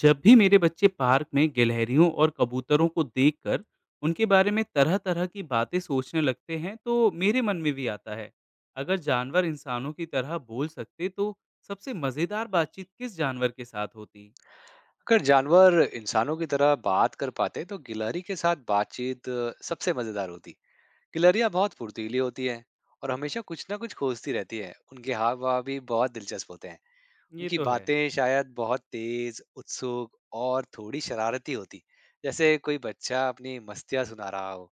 जब भी मेरे बच्चे पार्क में गिलहरियों और कबूतरों को देखकर उनके बारे में तरह तरह की बातें सोचने लगते हैं तो मेरे मन में भी आता है। अगर जानवर इंसानों की तरह बोल सकते तो सबसे मजेदार बातचीत किस जानवर के साथ होती। अगर जानवर इंसानों की तरह बात कर पाते तो गिलहरी के साथ बातचीत सबसे मजेदार होती। गिलहरियाँ बहुत फुर्तीली होती हैं और हमेशा कुछ ना कुछ खोजती रहती है। उनके हाव भाव भी बहुत दिलचस्प होते हैं। ये उनकी तो है। बातें शायद बहुत तेज उत्सुक और थोड़ी शरारती होती, जैसे कोई बच्चा अपनी मस्तियाँ सुना रहा हो।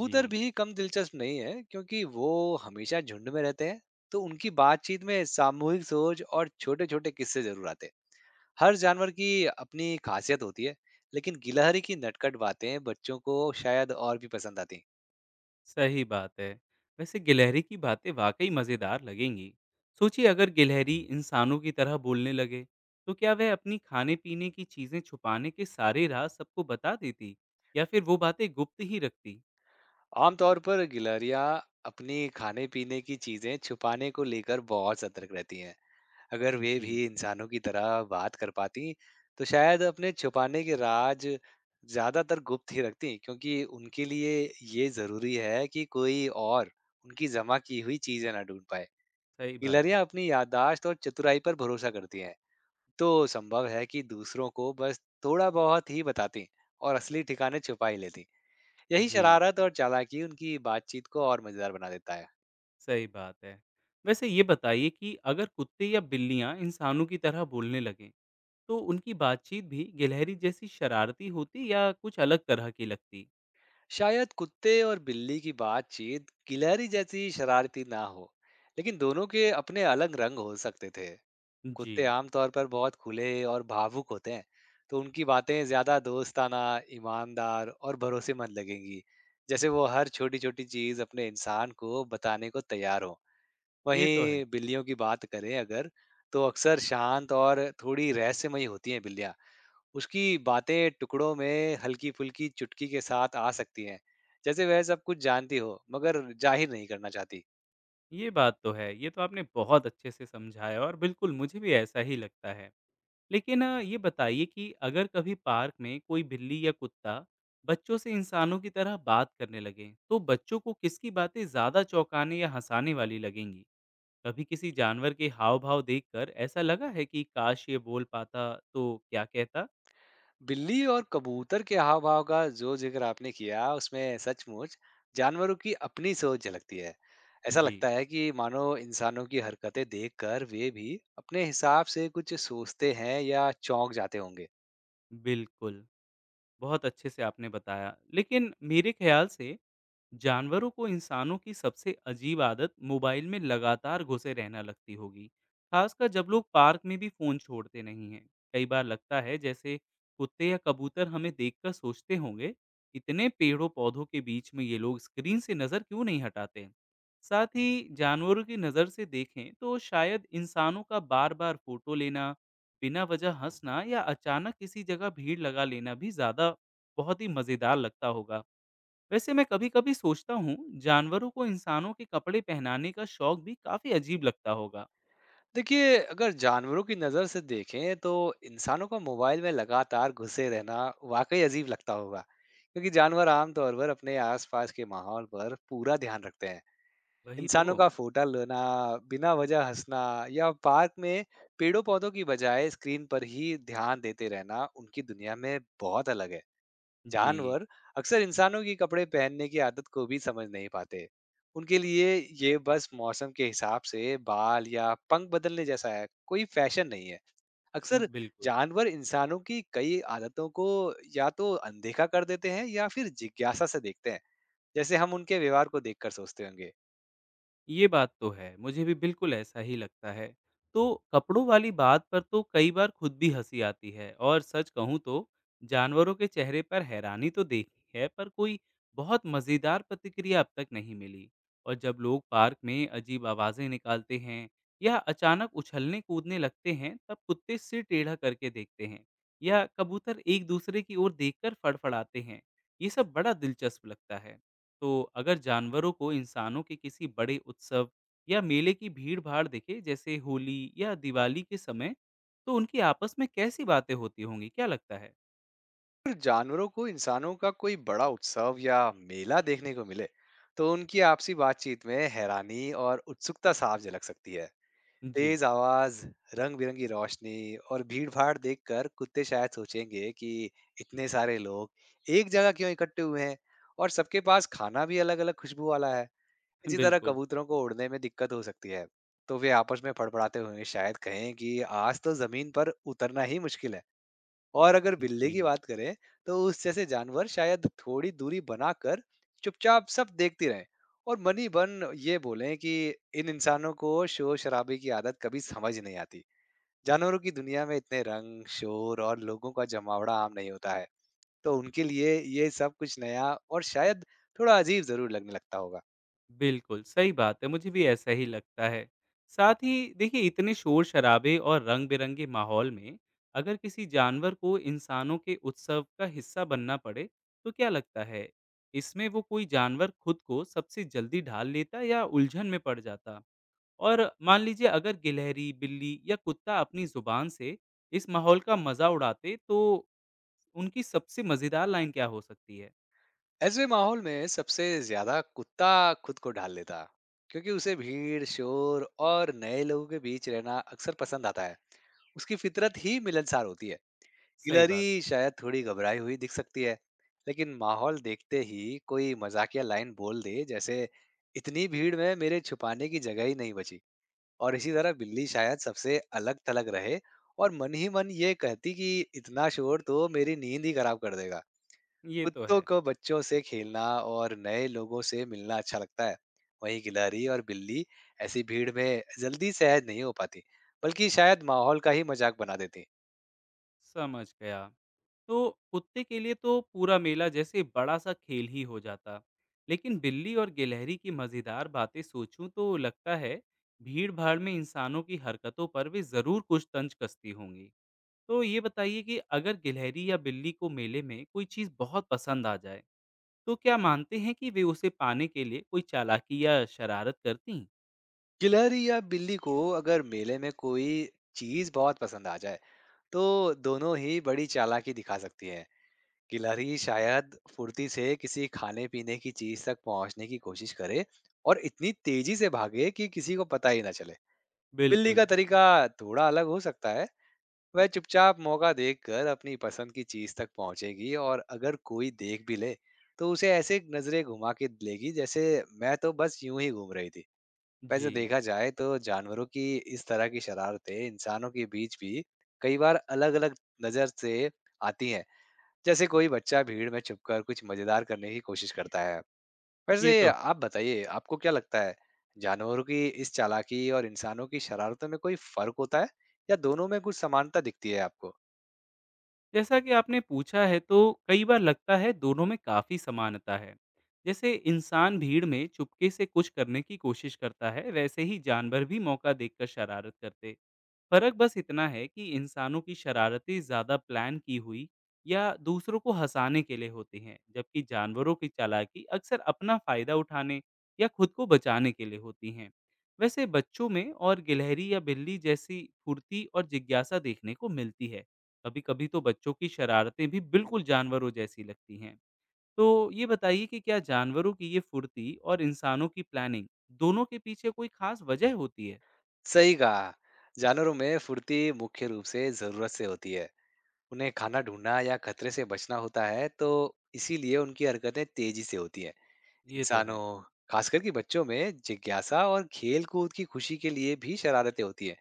जी। भी कम दिलचस्प नहीं है क्योंकि वो हमेशा झुंड में रहते हैं, तो उनकी बातचीत में सामूहिक सोच और छोटे छोटे किस्से जरूर आते हैं। हर जानवर की अपनी खासियत होती है, लेकिन गिलहरी की नटखट बातें बच्चों को शायद और भी पसंद आती हैं। सही बात है। वैसे गिलहरी की बातें वाक़ई मज़ेदार लगेंगी। सोचिए अगर गिलहरी इंसानों की तरह बोलने लगे, तो क्या वह अपनी खाने-पीने की चीज़ें छुपाने के सारे राज़ सबको बता देती या फिर वो बातें गुप्त ही रखती? आमतौर पर गिलहरियां अपनी खाने पीने की चीजें छुपाने को लेकर बहुत सतर्क रहती हैं। अगर वे भी जी, इंसानों की तरह बात कर पाती, तो शायद अपने छुपाने के राज ज्यादातर गुप्त ही रखती, क्योंकि उनके लिए ये जरूरी है कि कोई और उनकी जमा की हुई चीजें ना ढूंढ पाए। सही बात गिलहरियां है। अपनी याददाश्त और चतुराई पर भरोसा करती हैं, तो संभव है कि दूसरों को बस थोड़ा बहुत ही बताती और असली ठिकाने छुपा ही लेती। यही जी, शरारत और चालाकी उनकी बातचीत को और मजेदार बना देता है। सही बात है। वैसे ये बताइए कि अगर कुत्ते या बिल्लियाँ इंसानों की तरह बोलने लगें, तो उनकी बातचीत भी गिलहरी जैसी शरारती होती या कुछ अलग तरह की लगती? शायद कुत्ते और बिल्ली की बातचीत गिलहरी जैसी शरारती ना हो, लेकिन दोनों के अपने अलग रंग हो सकते थे। जी, कुत्ते आमतौर पर बहुत खुले और भावुक होते हैं, तो उनकी बातें ज्यादा दोस्ताना, ईमानदार और भरोसेमंद लगेंगी, जैसे वो हर छोटी छोटी चीज अपने इंसान को बताने को तैयार हो। ये तो है। वहीं बिल्लियों की बात करें अगर, तो अक्सर शांत और थोड़ी रहस्यमयी होती हैं बिल्लियाँ। उसकी बातें टुकड़ों में हल्की फुल्की चुटकी के साथ आ सकती हैं, जैसे वह सब कुछ जानती हो मगर जाहिर नहीं करना चाहती। ये बात तो है, ये तो आपने बहुत अच्छे से समझाया और बिल्कुल मुझे भी ऐसा ही लगता है। लेकिन ये बताइए कि अगर कभी पार्क में कोई बिल्ली या कुत्ता बच्चों से इंसानों की तरह बात करने लगे, तो बच्चों को किसकी बातें ज़्यादा चौंकाने या हँसाने वाली लगेंगी? कभी किसी जानवर के हाव-भाव देखकर ऐसा लगा है कि काश ये बोल पाता तो क्या कहता? बिल्ली और कबूतर के हाव भाव का जो जिक्र आपने किया उसमें सचमुच जानवरों की अपनी सोच झलकती है। ऐसा जी, लगता है कि मानो इंसानों की हरकतें देखकर वे भी अपने हिसाब से कुछ सोचते हैं या चौंक जाते होंगे। बिल्कुल, बहुत अच्छे से आपने बताया। लेकिन मेरे ख्याल से जानवरों को इंसानों की सबसे अजीब आदत मोबाइल में लगातार घुसे रहना लगती होगी। खासकर जब लोग पार्क में भी फोन छोड़ते नहीं हैं। कई बार लगता है जैसे कुत्ते या कबूतर हमें देखकर सोचते होंगे, इतने पेड़ों पौधों के बीच में ये लोग स्क्रीन से नज़र क्यों नहीं हटाते। साथ ही जानवरों की नज़र से देखें तो शायद इंसानों का बार बार फोटो लेना, बिना वजह हंसना या अचानक किसी जगह भीड़ लगा लेना भी ज़्यादा बहुत ही मज़ेदार लगता होगा। वैसे मैं कभी-कभी सोचता हूँ, जानवरों को इंसानों के कपड़े पहनाने का शौक भी काफ़ी अजीब लगता होगा। देखिए, अगर जानवरों की नज़र से देखें तो इंसानों को मोबाइल में लगातार घुसे रहना वाकई अजीब लगता होगा, क्योंकि जानवर आमतौर पर अपने आसपास के माहौल पर पूरा ध्यान रखते हैं। वही इंसानों तो। का फोटा लेना, बिना वजह हंसना या पार्क में पेड़ों पौधों की बजाय स्क्रीन पर ही ध्यान देते रहना उनकी दुनिया में बहुत अलग है। जी, जानवर अक्सर इंसानों की कपड़े पहनने की आदत को भी समझ नहीं पाते। उनके लिए ये बस मौसम के हिसाब से बाल या पंख बदलने जैसा है, कोई फैशन नहीं है। अक्सर बिल्कुल। जानवर इंसानों की कई आदतों को या तो अनदेखा कर देते हैं या फिर जिज्ञासा से देखते हैं, जैसे हम उनके व्यवहार को देखकर सोचते होंगे। ये बात तो है, मुझे भी बिल्कुल ऐसा ही लगता है। तो कपड़ों वाली बात पर तो कई बार खुद भी हँसी आती है और सच कहूँ तो जानवरों के चेहरे पर हैरानी तो देखी है, पर कोई बहुत मज़ेदार प्रतिक्रिया अब तक नहीं मिली। और जब लोग पार्क में अजीब आवाज़ें निकालते हैं या अचानक उछलने-कूदने लगते हैं, तब कुत्ते सिर टेढ़ा करके देखते हैं या कबूतर एक दूसरे की ओर देखकर फड़फड़ाते हैं। ये सब बड़ा दिलचस्प लगता है। तो अगर जानवरों को इंसानों के किसी बड़े उत्सव या मेले की भीड़ भाड़ दिखे जैसे होली या दिवाली के समय, तो उनकी आपस में कैसी बातें होती होंगी क्या लगता है? अगर जानवरों को इंसानों का कोई बड़ा उत्सव या मेला देखने को मिले, तो उनकी आपसी बातचीत में हैरानी और उत्सुकता साफ झलक सकती है। जी। तेज आवाज, रंग-बिरंगी रोशनी और भीड़-भाड़ देखकर कुत्ते शायद सोचेंगे कि इतने सारे लोग एक जगह क्यों इकट्ठे हुए हैं, और सबके पास खाना भी अलग-अलग खुशबू वाला है। इसी तरह बिल्कुल। कबूतरों को उड़ने में दिक्कत हो सकती है। तो वे आपस में फड़फड़ाते हुए शायद कहें कि आज तो जमीन पर उतरना ही मुश्किल है। और अगर बिल्ली की जी। बात करें, तो उस जैसे जानवर शायद थोड़ी दूरी बनाकर चुपचाप सब देखती रहे और मनी बन ये बोले कि इन इंसानों को शोर शराबे की आदत कभी समझ नहीं आती। जानवरों की दुनिया में इतने रंग, शोर और लोगों का जमावड़ा आम नहीं होता है, तो उनके लिए ये सब कुछ नया और शायद थोड़ा अजीब जरूर लगने लगता होगा। बिल्कुल सही बात है, मुझे भी ऐसा ही लगता है। साथ ही देखिए, इतने शोर शराबे और रंग बिरंगे माहौल में अगर किसी जानवर को इंसानों के उत्सव का हिस्सा बनना पड़े तो क्या लगता है, इसमें वो कोई जानवर खुद को सबसे जल्दी ढाल लेता या उलझन में पड़ जाता। और मान लीजिए अगर गिलहरी, बिल्ली या कुत्ता अपनी ज़ुबान से इस माहौल का मज़ा उड़ाते तो उनकी सबसे मज़ेदार लाइन क्या हो सकती है? ऐसे माहौल में सबसे ज्यादा कुत्ता खुद को ढाल लेता, क्योंकि उसे भीड़, शोर और नए लोगों के बीच रहना अक्सर पसंद आता है। उसकी फितरत ही मिलनसार होती है। सही गिलहरी बात, शायद थोड़ी घबराई हुई दिख सकती है, लेकिन माहौल देखते ही कोई मजाकिया लाइन बोल दे, जैसे इतनी भीड़ में मेरे छुपाने की जगह ही नहीं बची। और इसी तरह बिल्ली शायद सबसे अलग थलग रहे और मन ही मन ये कहती कि इतना शोर तो मेरी नींद ही खराब कर देगा। ये तो कुत्तों है। को बच्चों से खेलना और नए लोगों से मिलना अच्छा लगता है। वहीं गिलहरी और बिल्ली ऐसी भीड़ में जल्दी सहज नहीं हो पाती, बल्कि शायद माहौल का ही मजाक बना देती। समझ गया। तो कुत्ते के लिए तो पूरा मेला जैसे बड़ा-सा खेल ही हो जाता। लेकिन बिल्ली और गिलहरी की मज़ेदार बातें सोचूँ तो लगता है भीड़-भाड़ में इंसानों की हरकतों पर वे ज़रूर कुछ तंज कसती होंगी। तो ये बताइए कि अगर गिलहरी या बिल्ली को मेले में कोई चीज़ बहुत पसंद आ जाए, तो क्या मानते हैं कि वे उसे पाने के लिए कोई चालाकी या शरारत करतीं? गिलहरी या बिल्ली को अगर मेले में कोई चीज बहुत पसंद आ जाए, तो दोनों ही बड़ी चालाकी दिखा सकती है। गिलहरी शायद फुर्ती से किसी खाने पीने की चीज तक पहुंचने की कोशिश करे और इतनी तेजी से भागे कि किसी को पता ही ना चले। बिल्ली का बिल्कुल। तरीका थोड़ा अलग हो सकता है। वह चुपचाप मौका देखकर अपनी पसंद की चीज तक पहुंचेगी, और अगर कोई देख भी ले तो उसे ऐसे नजरे घुमा के लेगी, जैसे मैं तो बस यूं ही घूम रही थी। वैसे जी, देखा जाए तो जानवरों की इस तरह की शरारतें इंसानों के बीच भी कई बार अलग अलग नजर से आती हैं, जैसे कोई बच्चा भीड़ में छुपकर कुछ मजेदार करने की कोशिश करता है। ये वैसे तो। आप बताइए, आपको क्या लगता है, जानवरों की इस चालाकी और इंसानों की शरारतों में कोई फर्क होता है या दोनों में कुछ समानता दिखती है आपको? जैसा कि आपने पूछा है तो कई बार लगता है दोनों में काफ़ी समानता है। जैसे इंसान भीड़ में चुपके से कुछ करने की कोशिश करता है, वैसे ही जानवर भी मौका देखकर शरारत करते। फ़र्क बस इतना है कि इंसानों की शरारतें ज़्यादा प्लान की हुई या दूसरों को हंसाने के लिए होती हैं, जबकि जानवरों की चालाकी अक्सर अपना फ़ायदा उठाने या खुद को बचाने के लिए होती हैं। वैसे बच्चों में और गिलहरी या बिल्ली जैसी फुर्ती और जिज्ञासा देखने को मिलती है। कभी-कभी तो बच्चों की शरारतें भी बिल्कुल जानवरों जैसी लगती हैं। तो ये बताइए कि क्या जानवरों की ये फुर्ती और इंसानों की प्लानिंग दोनों के पीछे कोई खास वजह होती है? सही कहा। जानवरों में फुर्ती मुख्य रूप से ज़रूरत से होती है। उन्हें खाना ढूँढना या खतरे से बचना होता है, तो इसीलिए उनकी हरकतें तेज़ी से होती हैं। ये तो है। इंसानों, खासकर कि बच्चों में जिज्ञासा और खेल-कूद की खुशी के लिए भी शरारतें होती हैं।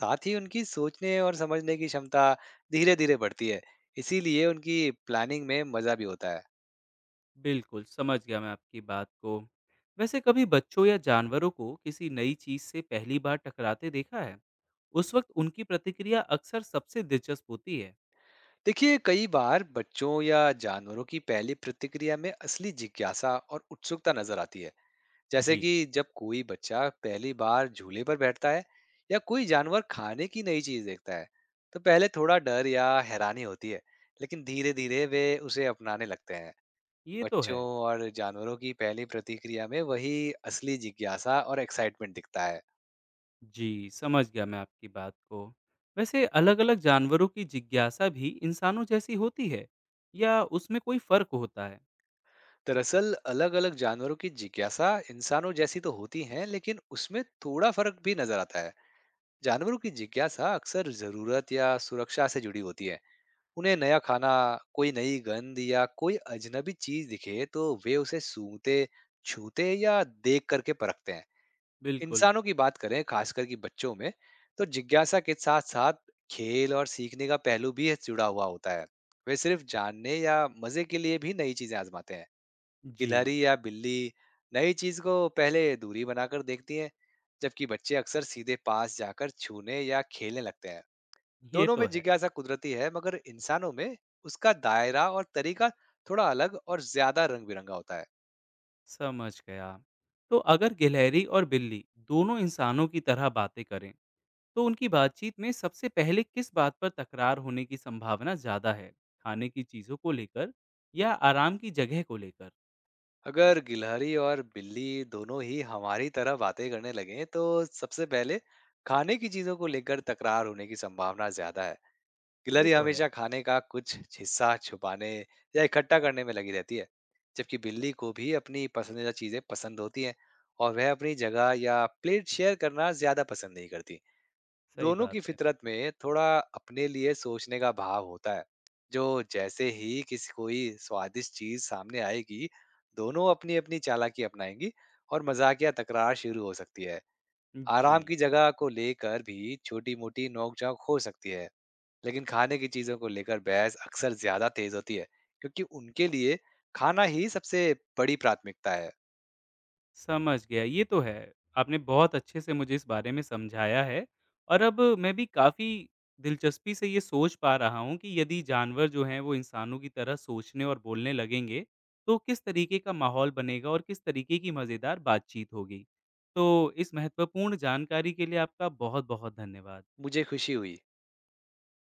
साथ ही उनकी सोचने और समझने की क्षमता धीरे-धीरे बढ़ती है, इसीलिए उनकी प्लानिंग में मज़ा भी होता है। बिल्कुल, समझ गया मैं आपकी बात को। वैसे कभी बच्चों या जानवरों को किसी नई चीज़ से पहली बार टकराते देखा है? उस वक्त उनकी प्रतिक्रिया अक्सर सबसे दिलचस्प होती है। देखिए, कई बार बच्चों या जानवरों की पहली प्रतिक्रिया में असली जिज्ञासा और उत्सुकता नज़र आती है। जैसे जी। कि जब कोई बच्चा पहली बार झूले पर बैठता है या कोई जानवर खाने की नई चीज देखता है, तो पहले थोड़ा डर या हैरानी होती है, लेकिन धीरे धीरे वे उसे अपनाने लगते हैं। ये तो बच्चों है। और जानवरों की पहली प्रतिक्रिया में वही असली जिज्ञासा और एक्साइटमेंट दिखता है। जी, समझ गया मैं आपकी बात को। वैसे अलग-अलग जानवरों की जिज्ञासा भी इंसानों जैसी होती है या उसमें कोई फ़र्क होता है? दरअसल अलग अलग जानवरों की जिज्ञासा इंसानों जैसी तो होती है, लेकिन उसमें थोड़ा फर्क भी नजर आता है। जानवरों की जिज्ञासा अक्सर जरूरत या सुरक्षा से जुड़ी होती है। उन्हें नया खाना, कोई नई गंध या कोई अजनबी चीज दिखे तो वे उसे सूंघते, छूते या देख करके परखते हैं। बिल्कुल। इंसानों की बात करें, खासकर कि बच्चों में, तो जिज्ञासा के साथ-साथ खेल और सीखने का पहलू भी इससे जुड़ा हुआ होता है। वे सिर्फ जानने या मजे के लिए भी नई चीजें आजमाते हैं। जी, गिलहरी या बिल्ली नई चीज को पहले दूरी बनाकर देखती है, जबकि बच्चे अक्सर सीधे पास जाकर छूने या खेलने लगते हैं। ये दोनों तो में है। जिज्ञासा कुदरती है, मगर इंसानों में उसका दायरा और तरीका थोड़ा अलग और ज्यादा रंग बिरंगा होता है। समझ गया। तो अगर गिलहरी और बिल्ली दोनों इंसानों की तरह बातें करें, तो उनकी बातचीत में सबसे पहले किस बात पर तकरार होने की संभावना ज़्यादा है? खाने की चीज़ों को लेकर या आराम की जगह को लेकर? अगर गिलहरी और बिल्ली दोनों ही हमारी तरह बातें करने लगे, तो सबसे पहले खाने की चीजों को लेकर तकरार होने की संभावना ज्यादा है। ये गिलहरी तो है, हमेशा खाने का कुछ हिस्सा छुपाने या इकट्ठा करने में लगी रहती है, जबकि बिल्ली को भी अपनी पसंदीदा चीजें पसंद होती हैं और वह अपनी जगह या प्लेट शेयर करना ज्यादा पसंद नहीं करती। सही दोनों की बात है। फितरत में थोड़ा अपने लिए सोचने का भाव होता है, जो जैसे ही किसी कोई स्वादिष्ट चीज सामने आएगी, दोनों अपनी अपनी चालाकी अपनाएंगी और मजाकिया तकरार शुरू हो सकती है। जी। आराम की जगह को लेकर भी छोटी मोटी नोकझोंक हो सकती है, लेकिन खाने की चीजों को लेकर बहस अक्सर ज्यादा तेज होती है, क्योंकि उनके लिए खाना ही सबसे बड़ी प्राथमिकता है। समझ गया, ये तो है। आपने बहुत अच्छे से मुझे इस बारे में समझाया है और अब मैं भी काफ़ी दिलचस्पी से ये सोच पा रहा हूँ कि यदि जानवर जो हैं वो इंसानों की तरह सोचने और बोलने लगेंगे, तो किस तरीके का माहौल बनेगा और किस तरीके की मज़ेदार बातचीत होगी। तो इस महत्वपूर्ण जानकारी के लिए आपका बहुत-बहुत धन्यवाद। मुझे खुशी हुई।